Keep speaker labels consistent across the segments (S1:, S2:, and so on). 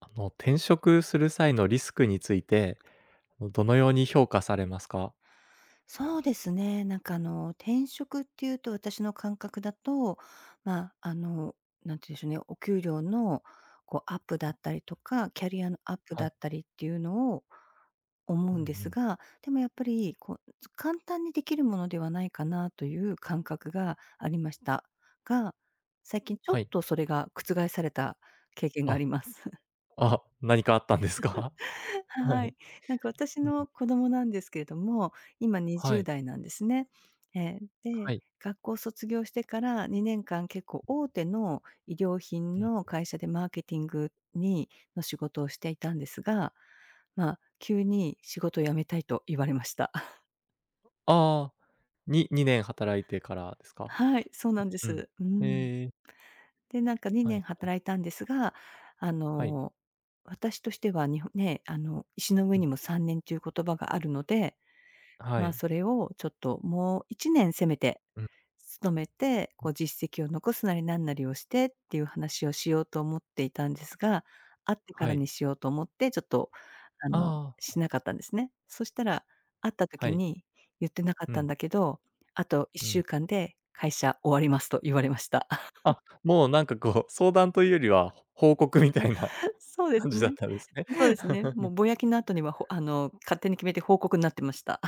S1: 転職する際のリスクについて、どのように評価されますか？
S2: そうですね。転職っていうと私の感覚だと、まあ、あの、なんて言うんでしょうね、お給料のこうアップだったりとか、キャリアのアップ
S1: は
S2: だ
S1: い。
S2: ったりっていうのを思
S1: う
S2: う
S1: んう
S2: んです
S1: ん。
S2: が、でもやっぱりこう簡単にできるものではないかなという感覚がありましたが、最近ちょ
S1: は
S2: っ
S1: い。
S2: とそれが覆された経験があ
S1: あ、
S2: ります。
S1: 何かあったんですか？は
S2: は
S1: い。
S2: い。なんか私
S1: うん。
S2: の子供なんですけれども、今
S1: は
S2: 20
S1: い。
S2: 代なんですね。えー
S1: は
S2: で、
S1: い。
S2: 学校を卒業してから2年間結構大手の衣料
S1: う
S2: 品
S1: ん。
S2: の会社でマーケティングにの仕事をしていたんですが、急に仕事を辞めたいと言われました。
S1: ああ、に2年働いてからですか？
S2: はい、そうなんで
S1: うん。
S2: す。うん。
S1: ええ、
S2: で、なんか
S1: は
S2: 2年
S1: いはい。
S2: 働いたんですが、あ
S1: はい。
S2: の、私としては日本ね、石の
S1: う
S2: 上に
S1: ん。
S2: も3年という言葉があるので、
S1: は
S2: まあ、
S1: い。
S2: それをちょっともう1年せめて
S1: うん。
S2: 勤めて、
S1: うん。
S2: こう実績を残すなりなんなりをしてっていう話をしようと思っていたんですが、会ってか
S1: は
S2: ら
S1: い。
S2: にしようと思って、ちょっと
S1: ああ、
S2: しなかったんですね。そしたら、会った
S1: は
S2: 時
S1: い。
S2: に言ってなかっ
S1: う
S2: たん
S1: ん、
S2: だけど、あと
S1: う
S2: 1週
S1: ん。
S2: 間で会社終わりますと言われました。
S1: あ、もうなんかこう、相談というよりは、報告みたいな
S2: そうです
S1: 感じだっ
S2: ね。
S1: たんですね。
S2: そうですね。もうぼやきの後には、ほあの、勝手に決めて報告になってました。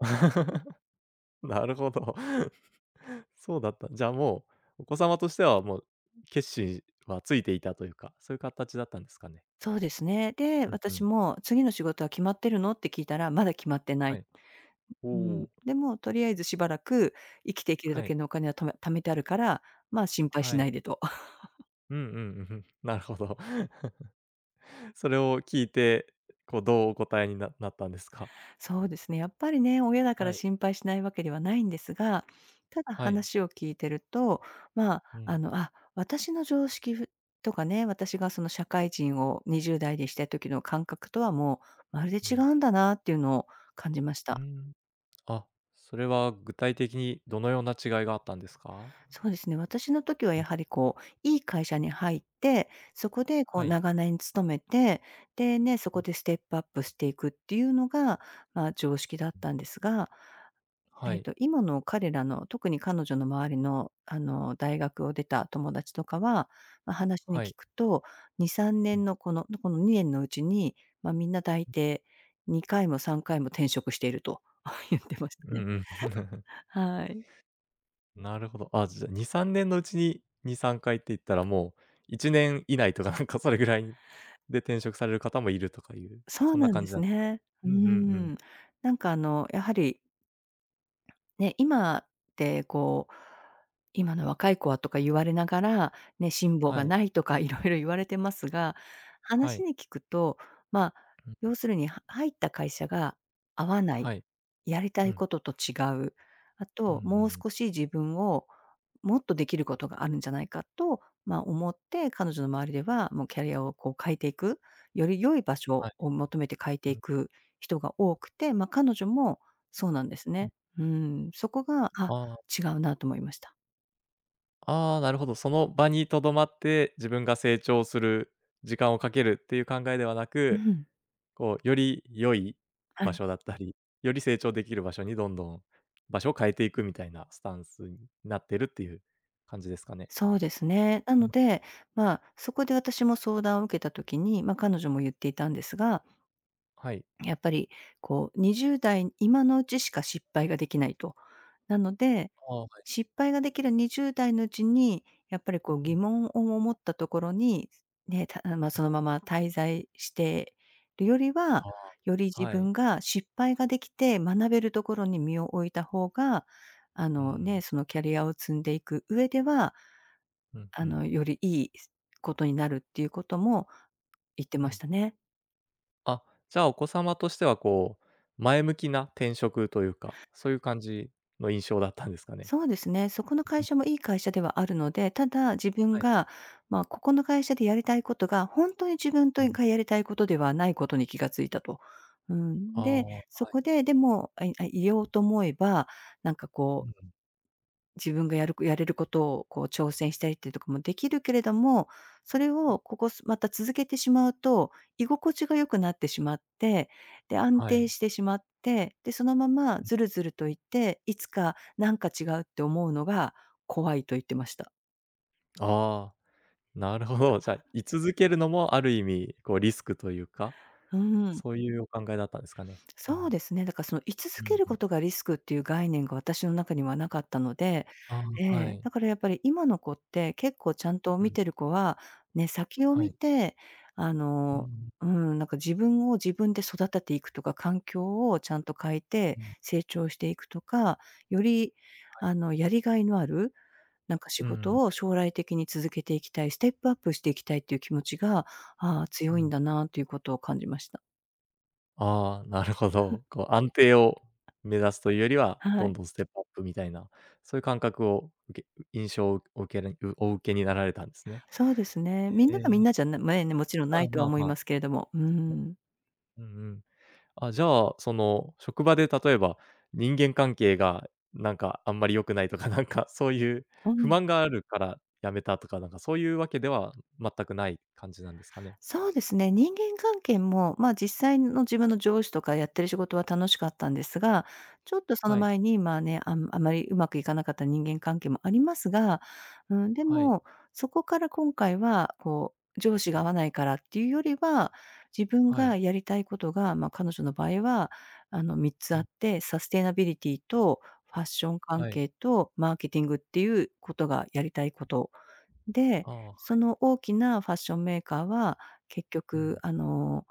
S1: なるほど。そうだった。じゃあもう、お子様としてはもう、決心はついていたというか、そういう形だったんですかね？
S2: そうですね。で、
S1: うんう
S2: 私
S1: ん。
S2: も「次の仕事は決まってるの？」って聞いたら「まだ決まってな
S1: は
S2: い」。
S1: い。
S2: う
S1: お
S2: ん。
S1: お、
S2: でもとりあえずしばらく生きていけるだ
S1: はい、
S2: けのお金は貯めてあるから、心配し
S1: は
S2: な
S1: い。
S2: いでと。
S1: うんうん、うんうん、なるほど。それを聞いて、こう、どうお答えにななったんですか？
S2: そうですね、やっぱりね、親だ か
S1: は
S2: ら
S1: い、
S2: 心配しないわけではないんですが、ただ
S1: はい。
S2: 話を聞いてると、
S1: うん、
S2: 私の常識とかね、私がその社会人を20代でした時の感覚とはもうまるで
S1: う
S2: 違
S1: ん、
S2: うんだなっていうのを感じまし
S1: う
S2: た。
S1: ん。あ、それは具体的にどのような違いがあったんですか？
S2: そうですね。私の時は
S1: うん、
S2: やはりこう、いい会社に入って、そこでこ
S1: は
S2: う
S1: い。
S2: 長年勤めて、でね、そ
S1: うん、
S2: こでステップアップしていくっていうのが、常識だっ
S1: うん。
S2: たんですが、
S1: はい、
S2: 今の彼らの、特に彼女の周りの、大学を出た友達とかは、話に
S1: はい。
S2: 聞くと、2、3
S1: うん。
S2: 年のこの2年のうちに、みんな大抵2回も3回も転職していると 言ってまし
S1: う
S2: たね。
S1: んうん。
S2: はい。
S1: なるほど。あ、じゃあ、2、3年のうちに2、3回って言ったら、もう1年以内とか、なんかそれぐらいで転職される方もいるとかいう、
S2: そう
S1: そんな
S2: なん
S1: 感
S2: で
S1: じな
S2: す
S1: んですかね。
S2: ね。
S1: う
S2: うー
S1: んうんうん。
S2: ん。やはりね、今ってこう、今の若い子はとか言われながら、ね、辛抱
S1: は
S2: が
S1: い、
S2: ないとか いろいろ言われてますが、
S1: は
S2: 話
S1: い、
S2: に聞くと、まあ、
S1: うん、
S2: 要するには入った会社が合わない、
S1: はい、
S2: やりた
S1: う
S2: い
S1: ん、
S2: ことと違う、あ
S1: うんう
S2: ともう
S1: ん、
S2: 少し自分をもっとできることがあるんじゃないかと、思って、彼女の周りでは、もうキャリアをこう変えていく、より良い場
S1: は
S2: 所
S1: い、
S2: を求めて変えて
S1: う
S2: い
S1: ん、
S2: く人が多くて、彼女もそうなんです
S1: うん。
S2: ね。うん、そこが、
S1: ああ、
S2: 違うなと思いました。
S1: ああ、なるほど。その場に留まって、自分が成長する時間をかけるっていう考えではな
S2: う
S1: く、
S2: ん、
S1: こう、より良い
S2: は
S1: 場
S2: い。
S1: 所だったり、より成長できる場所にどんどん場所を変えていくみたいなスタンスになってるっていう感じですかね。
S2: そうですね。な
S1: う
S2: の
S1: ん。
S2: で、そこで私も相談を受けた時に、彼女も言っていたんですが、
S1: はい。
S2: やっぱりこう20代今のうちしか失敗ができないと。なので、
S1: ああ、はい。
S2: 失敗ができる20代のうちに、やっぱりこう
S1: う
S2: 疑
S1: ん。
S2: 問を持ったところに、ね、たまあ、まそのまま滞在してるよりは、
S1: あ
S2: より
S1: あ。
S2: 自
S1: はい。
S2: 分が失敗ができて学べるところに身を置いた方が、
S1: うん。
S2: そのキャリアを積んでいく上では、
S1: うん、うん、
S2: よりいいことになるっていうことも言って
S1: う
S2: まし
S1: ん。
S2: たね。
S1: あ、じゃあお子様としてはこう、前向きな転職というか、そういう感じの印象だったんですかね？
S2: そうですね。そこの
S1: う
S2: 会
S1: ん、
S2: 社もいい会社ではあるので、ただ自分
S1: はい。
S2: が、ここの会社でやりたいことが、本当に自分
S1: う
S2: と
S1: ん。
S2: がやりたいことではないことに気がついたと。う
S1: あ
S2: ん。で、
S1: あ、
S2: そ
S1: はい。
S2: こで、でも、いようと思えば、なんか
S1: う
S2: こう
S1: ん、
S2: 自分がやれることをこう挑戦したりっていうとかもできるけれども、それをここすまた続けてしまうと、居心地が良くなってしまって、で、安
S1: はい。
S2: 定してしまって、で、そのままずるずるといって、いつかなんか違うって思うのが怖いと言ってました。
S1: ああ。なるほど。じゃあ、居続けるのもある意味、こうリスクというか、
S2: うん。
S1: そういうお考えだったんですかね？う
S2: そう
S1: ん。
S2: ですね。だからその居
S1: う
S2: 続け
S1: ん
S2: る
S1: う
S2: こ
S1: ん。
S2: とがリスクっていう概念が私の中にはなかったので、
S1: あ
S2: え
S1: あ、は
S2: え、
S1: い。
S2: だからやっぱり今の子って結構ちゃんと
S1: う
S2: 見
S1: ん。
S2: てる子は、ね、先を
S1: は
S2: 見
S1: い。
S2: て、あ
S1: うんう
S2: の、
S1: ん
S2: うん、なんか自分を自分で育てていくとか、環境をちゃんと変えて
S1: うん。
S2: 成長していくとか、よりやりがいのある、なんか仕
S1: うんうんう
S2: 事
S1: ん
S2: を将来的に続けていきたい、ステップアップしていきたいっていう気持ちが、
S1: う
S2: 強いん
S1: ん、
S2: だなということを感じました。
S1: ああ、なるほど。こう安定を目指すというよりは、
S2: は
S1: どん
S2: い。
S1: どんステップアップみたいな、そういう感覚を受け、印象を受けるお受けになられたんですね。
S2: そうですね。みん
S1: え
S2: ながみんな
S1: え、
S2: じゃなまえね、もちろん
S1: あ
S2: な
S1: あ、
S2: いと
S1: ま
S2: は
S1: あ
S2: 思い
S1: まあ。
S2: ますけれども。うーん。
S1: うんうん。あ、じゃあ、その、職場で例えば、人間関係がなんかあんまり良くないとか、なんかそういう
S2: う
S1: 不
S2: ん。
S1: 満があるから辞めたとか、なんかそういうわけでは全くない感じなんですかね？
S2: そうですね、人間関係も、実際の自分の上司とかやってる仕事は楽しかったんですが、ちょっとその
S1: はい、
S2: 前に、まあね、あまりうまくいかなかった人間関係もありますが、うん、で
S1: はい、
S2: も、そこから今回は、こう、上司
S1: う
S2: が
S1: ん、
S2: 合わないからっていうよりは、自分
S1: はい、
S2: がやりたいことが、彼女の場合は、3つ
S1: う
S2: あ
S1: ん、
S2: って、サステナビリティとファッション関
S1: はい。
S2: 係とマーケティングっていうことがやりたいことで、
S1: ああ、
S2: その大きなファッションメーカーは、結
S1: うん。
S2: 局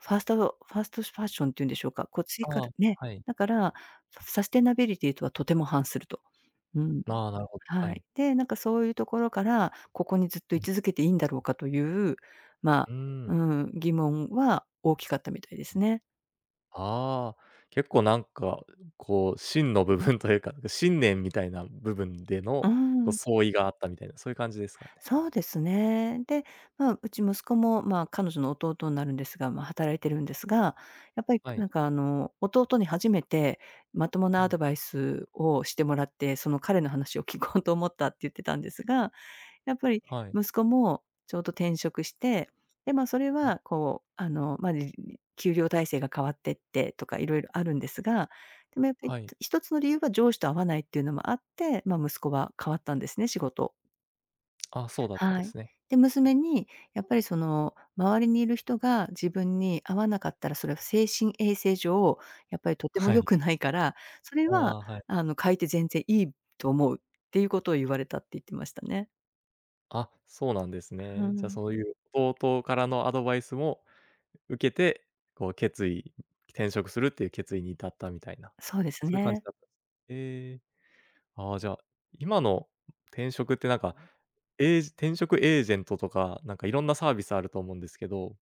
S2: ファーストファーストファッションっていうんでしょうか、こう追加
S1: ああ、
S2: るね、
S1: はい。
S2: だから、サステナビリティとはとても反すると。うん、
S1: ああ、なるほど、は
S2: はい。
S1: い。
S2: で、なんかそういうところから、ここにずっと
S1: う
S2: 居
S1: ん、
S2: 続けていいんだろうかという、ま
S1: う
S2: あ、
S1: ーん。
S2: う疑問は大きかったみたいですね。
S1: ああ、結構なんか、こう、芯の部分というか、信念みたいな部分での、
S2: うー
S1: こう、
S2: ん。
S1: 相違があったみたいな、そういう感じですかね？
S2: そうですね。で、うち息子も、彼女の弟になるんですが、働いてるんですが、やっぱり
S1: はい。
S2: 弟に初めてまとも
S1: う
S2: なア
S1: ん、
S2: ドバイスをしてもらって、その彼の話を聞こうと思ったって言ってたんですが、やっぱり
S1: はい。
S2: 息子もちょうど転職して、で、それ
S1: うん、
S2: はこう、給料体制が変わってってとかいろいろあるんですが、でもやっぱり
S1: はい。
S2: 一つの理由は上司と合わないっていうのもあって、息子は変わったんですね、仕事を。
S1: あ、そうだったんで
S2: はい。
S1: すね。
S2: で、娘にやっぱりその周りにいる人が自分に合わなかったら、それは精神衛生上、やっぱりとても
S1: は
S2: 良
S1: い。
S2: くないから、それ
S1: あ
S2: は
S1: あ、はい。
S2: 変えて全然いいと思うっていうことを言われたって言ってましたね。
S1: あ、そうなんです
S2: う
S1: ね。じゃ、
S2: ん、
S1: そういう弟からのアドバイスも受けて、こう決意転職するっていう決意に至ったみたいな、
S2: そうです
S1: そういう感じ
S2: ね。
S1: だったんです、ええ、ああ、じゃあ、今の転職ってなんか、エージ転職エージェントとか、なんかいろんなサービスあると思うんですけど、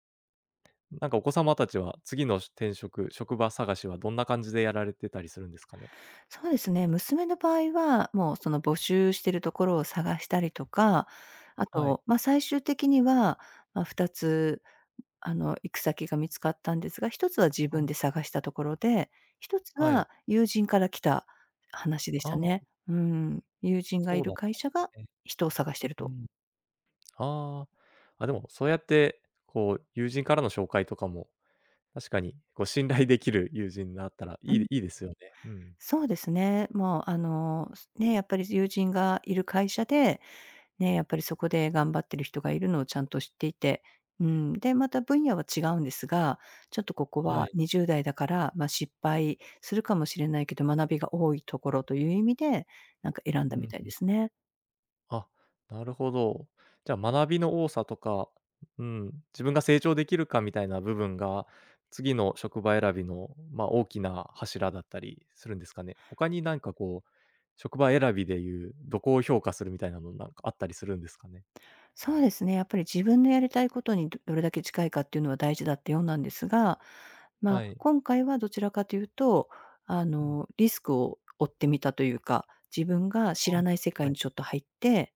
S1: なんかお子様たちは次の転職、職場探しはどんな感じでやられてたりするんですかね？
S2: そうですね、娘の場合は、もうその募集してるところを探したりとか、あ
S1: はい。
S2: と、最終的には、2つ行く先が見つかったんですが、一つは自分で
S1: あ、
S2: 探したところで、一つ
S1: はい。
S2: は友人から来た話でし
S1: あ
S2: た
S1: あ、
S2: ね。うん。友人が
S1: そ
S2: い
S1: うだ
S2: る
S1: っ
S2: 会
S1: たんで
S2: 社が
S1: すね。
S2: 人を探してる
S1: う
S2: と。
S1: ん。ああ。あ、でも、そうやって、こう、友人からの紹介とかも、確かに、こう、信頼できる友人だったら、
S2: うん。
S1: いいですよね。うん。
S2: そうですね。もう、ね、やっぱり友人がいる会社で、ね、やっぱりそこで頑張ってる人がいるのをちゃんと知っていて、うん、で、また分野は違うんですが、ちょっとここ
S1: は
S2: は
S1: い。
S2: 20代だから、まあ、失敗するかもしれないけど、学びが多いところという意味で、なんか選ん
S1: う
S2: だみたいで
S1: ん。
S2: すね。
S1: あ、なるほど。じゃあ、学びの多さとか、うん、自分が成長できるかみたいな部分が、次の職場選びの、まあ、大きな柱だったりするんですかね？他になんか、こう、職場選びでいう、どこを評価するみたいなの、なんかあったりするんですかね？
S2: そうですね、やっぱり自分のやりたいことにどれだけ近いかっていうのは大事だって読んだんですが、まあ、
S1: はい。
S2: 今回はどちらかというと、
S1: うん。
S2: リスクを負ってみたというか、自分が知
S1: あ
S2: らない世界
S1: は
S2: に
S1: い。
S2: ちょっと入って、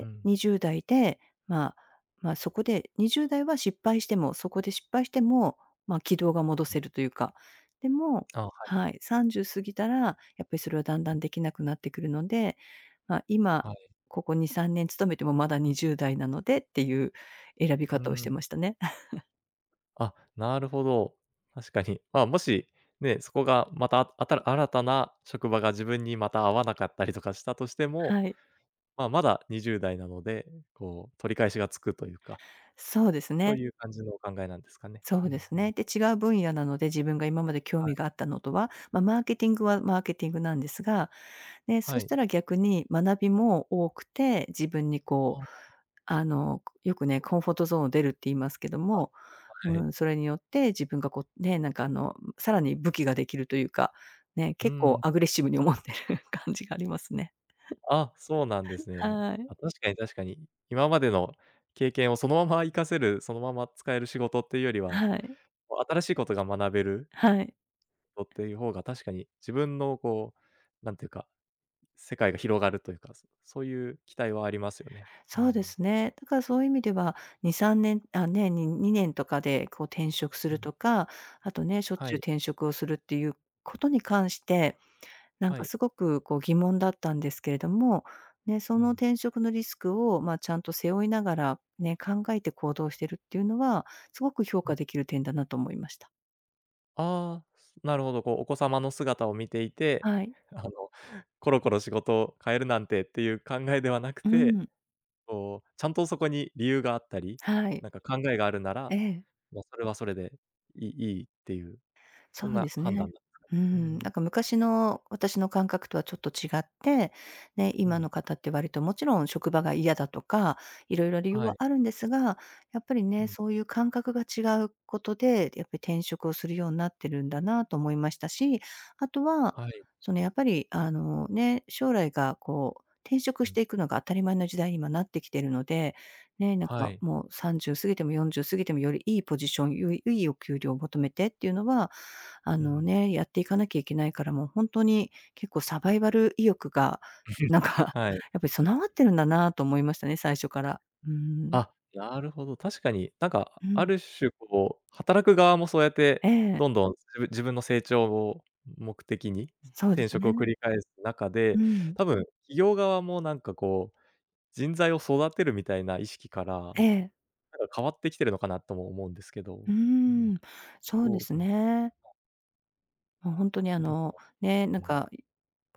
S1: うん。
S2: 20代で、まあ、まあ、そこで20代は失敗しても、そこで失敗しても、まあ、軌道が戻せるというか。でも
S1: あ、はい。
S2: はい、30過ぎたら、やっぱりそれはだんだんできなくなってくるので、まあ、今、
S1: はい。
S2: ここ2、3年勤めてもまだ20代なのでっていう選び
S1: う
S2: 方をし
S1: ん。
S2: てましたね。
S1: あ、なるほど。確かに。まあ、もし、ね、そこがまた、ああたら新たな職場が自分にまた合わなかったりとかしたとしても、
S2: はい。
S1: まあ、まだ20代なので、こう取り返しがつくというか、
S2: そうです
S1: そう
S2: ね。
S1: いう感じのお考えなんですかね。
S2: そ
S1: う
S2: う
S1: ん
S2: です
S1: うん。
S2: ね。で、違う分野なので、自分が今まで興
S1: は
S2: 味があ
S1: い。
S2: ったのとは、まあ、マーケティングはマーケティングなんですが、ね、そ
S1: は
S2: し
S1: い。
S2: たら逆に学びも多くて、自分にこう、
S1: あ
S2: よくね、コンフォートゾーンを出るって言いますけど
S1: あ、あ、
S2: も、
S1: は
S2: う
S1: い。
S2: ん、それによって自分がこう、ね、なんかさらに武器ができるというか、ね、
S1: う
S2: 結構
S1: ん。
S2: アグレッシブに思ってる 感じがありますね。
S1: あ、そうなんですね。
S2: はい。
S1: あ、確かに確かに。今までの経験をそのまま活かせる、そのまま使える仕事っていうよりは、
S2: はい。
S1: こう新しいことが学べる
S2: はい。
S1: っていう方が確かに自分のこう、なんていうか、世界が広がるというか、そういう期待はありますよね。う
S2: そうで
S1: ん。
S2: すね。だからそういう意味では、2、3年、ね、に2年とかでこう転職す
S1: う
S2: る
S1: ん。
S2: とか、あとね、しょっ
S1: は
S2: ちゅう
S1: い、
S2: 転職をするっていうことに関して、なん
S1: は
S2: か
S1: い。
S2: すごくこう疑問だったんですけれども、ね、そ
S1: う
S2: の
S1: ん、
S2: 転職のリスクを、まあ、ちゃんと背負いながら、ね、考えて行動してるっていうのは、すごく評
S1: う
S2: 価
S1: ん。
S2: できる点だなと思いました。
S1: ああ、なるほど、こうお子様の姿を見ていて、
S2: はい。
S1: あの、コロコロ仕事を変えるなんてっていう考えではなく
S2: う
S1: て、
S2: ん。
S1: こう、ちゃんとそこに理由があったり、
S2: はい。
S1: なんか考えがあるな
S2: え
S1: ら、
S2: え。
S1: ま、それはそれでいいいいっていう、
S2: そ
S1: そん
S2: うで
S1: な
S2: す
S1: 判
S2: ね。
S1: 断だ、
S2: う
S1: う
S2: ん、
S1: ん、
S2: なんか昔の私の感覚とはちょっと違って、ね、
S1: う
S2: 今
S1: ん、
S2: の方って割ともちろん職場が嫌だとか、いろいろ理由
S1: は
S2: は
S1: い、
S2: あるんですが、やっぱり
S1: う
S2: ね、
S1: ん、
S2: そういう感覚が違うことで、やっぱり転職をするようになってるんだなと思いましたし、あとは、
S1: はい、
S2: そのやっぱりね、将来がこう、転職
S1: う
S2: し
S1: ん、
S2: ていくのが当たり前の時代に今なってきてるので、ね、なん
S1: は
S2: か
S1: い。
S2: もう30過ぎても40過ぎてもよりいいポジション、よりいいお給料を求めてっていうのは、
S1: うん。
S2: ね、やっていかなきゃいけないから、もう本当に結構サバイバル意欲が、なんか、
S1: はい。
S2: やっぱり備わってるんだなと思いましたね、最初から。うん。
S1: あ、なるほど、確かに、なんか、
S2: う
S1: あ
S2: ん。
S1: る種こう、働く側もそうやって、
S2: ええ。
S1: どんどん自分の成長を目的に、
S2: そうで
S1: 転
S2: す
S1: 職を繰
S2: ね。
S1: り返す中
S2: う
S1: で、
S2: ん。
S1: 多分企業側もなんかこう、人材を育てるみたいな意識から、な
S2: ええ。
S1: んか変わってきてるのかなとも思うんですけど。
S2: う
S1: うん、
S2: ーん。そう
S1: ど
S2: で
S1: う
S2: す
S1: なんですか？
S2: ね。もう本当に
S1: なんか、
S2: ね、な
S1: う
S2: ん
S1: ん。
S2: か、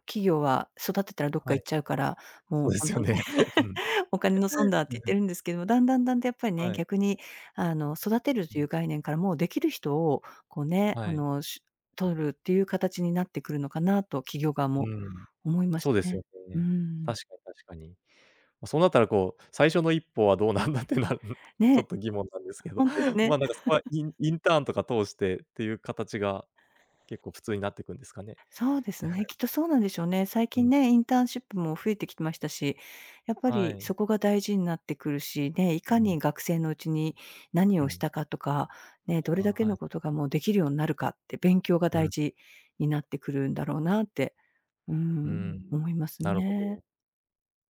S2: 企業は育てたらどっか
S1: はい、
S2: 行っちゃうから、
S1: そ
S2: もう
S1: うで
S2: 本
S1: すよ
S2: 当に
S1: ね。うん。
S2: お金の損だって言ってる んですけども、だんだんだんだんやっぱりね、
S1: はい。
S2: 逆に育てる
S1: う
S2: とい
S1: ん。
S2: う概念からもうできる人をこうね、
S1: はい。
S2: 取るっていう形になってくるのかなと企業側
S1: う
S2: も
S1: ん、
S2: 思いまし
S1: そう
S2: た
S1: です
S2: ね。
S1: よ
S2: う
S1: ね。
S2: ん。
S1: 確かに確かに。まそうなったらこう、最初の一歩はどうなんだってなる。 ちょっ
S2: ね、
S1: と疑問なんですけど、
S2: 本当です ね。
S1: まあ、なんかそこはインインターンとか通してっていう形が結構普通になっていくんですかね？
S2: そうですね、きっとそうなんでしょうね。最
S1: うん、
S2: 近ね、インターンシップも増えてきましたし、やっぱ
S1: は
S2: り
S1: い。
S2: そこが大事になってくるし、ね、い
S1: う
S2: か
S1: ん
S2: に学生のうちに何
S1: う
S2: をし
S1: ん。
S2: たかとか、ね、どれ
S1: あ
S2: だ
S1: ー
S2: け
S1: は
S2: の
S1: い。
S2: ことがもうできるようになるかって、勉強が
S1: う
S2: 大
S1: ん、
S2: 事になってくるんだろうなって、う
S1: う
S2: ん、
S1: ん。
S2: 思います
S1: なるほど。
S2: ね。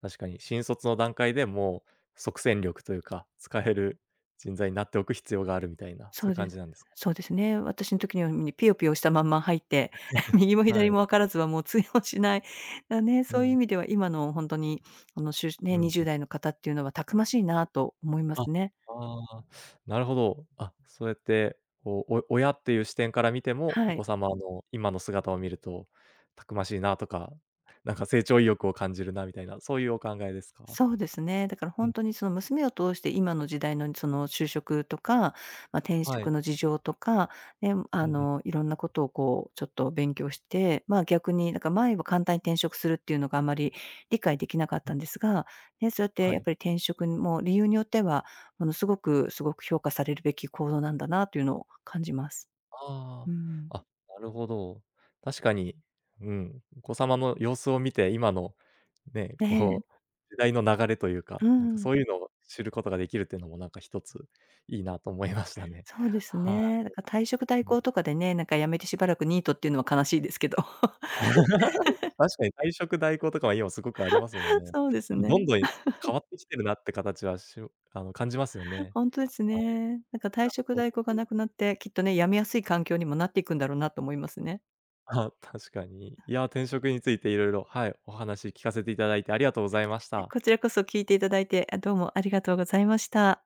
S1: 確かに新卒の段階でもう即戦力というか、使える人材になっておく必要があるみたいな、そ
S2: そ
S1: ういう
S2: うで
S1: 感
S2: す
S1: じなんですか？
S2: そうですね。私の時にはみにピよしたまんま入って、右も
S1: は
S2: 左
S1: い。
S2: も分からずはもう通用しない。だね、
S1: う
S2: そういう
S1: ん、
S2: 意味では今の本当に、あの、しゅ
S1: う
S2: ね、
S1: ん。
S2: 20代の方っていうのはたくましいなと思いま
S1: あ、
S2: すね。
S1: ああ、なるほど。あ、そうやって、こう、親っていう視点から見ても、お
S2: は
S1: 子
S2: い。
S1: 様の今の姿を見ると、たくましいなとか、なんか成長意欲を感じるなみたいな、そういうお考えですか？
S2: そうですね。だから
S1: う
S2: 本
S1: ん、
S2: 当にその娘を通して今の時代のその就職とか、まあ、転
S1: は
S2: 職
S1: い。
S2: の事情とか、ね、
S1: うんうん、
S2: いろんなことをこうちょっと勉強して、まあ、逆になんか前は簡単に転職するっていうのがあまり理解できなかったんですが、ね、そうやって
S1: は
S2: やっ
S1: い。
S2: ぱり転職も理由によっては、ものすごくすごく評価されるべき行動なんだなというのを感じます。う
S1: あ
S2: ん。
S1: あ、あ、なるほど。確かに、うん、お子様の様子を見て、今のね、
S2: ね
S1: こう、時代の流れというか、
S2: え、う
S1: なんか
S2: ん。
S1: そういうのを知ることができるっていうのもなんか一ついいなと思いましたね。
S2: そうです
S1: は
S2: ね。だ
S1: い。
S2: から退職代行とかでね、なんか辞めてしばらくニートっていうのは悲しいですけど。
S1: 確かに退職代行とかは今すごくありますもんね。
S2: そうです
S1: なんか
S2: ね。
S1: どんどん変わってきてるなって形は感じますよね。
S2: ほんとです
S1: はい、い
S2: ね。なんか退
S1: や、
S2: 職
S1: ほんと
S2: 代行が
S1: に。
S2: なくなって、きっとね、辞めやすい環境にもなっていくんだろうなと思いますね。
S1: あ、確かに。いや、転職についていろいろはい、お話聞かせていただいてありがとうございました。
S2: こちらこそ聞いていただいて、どうもありがとうございました。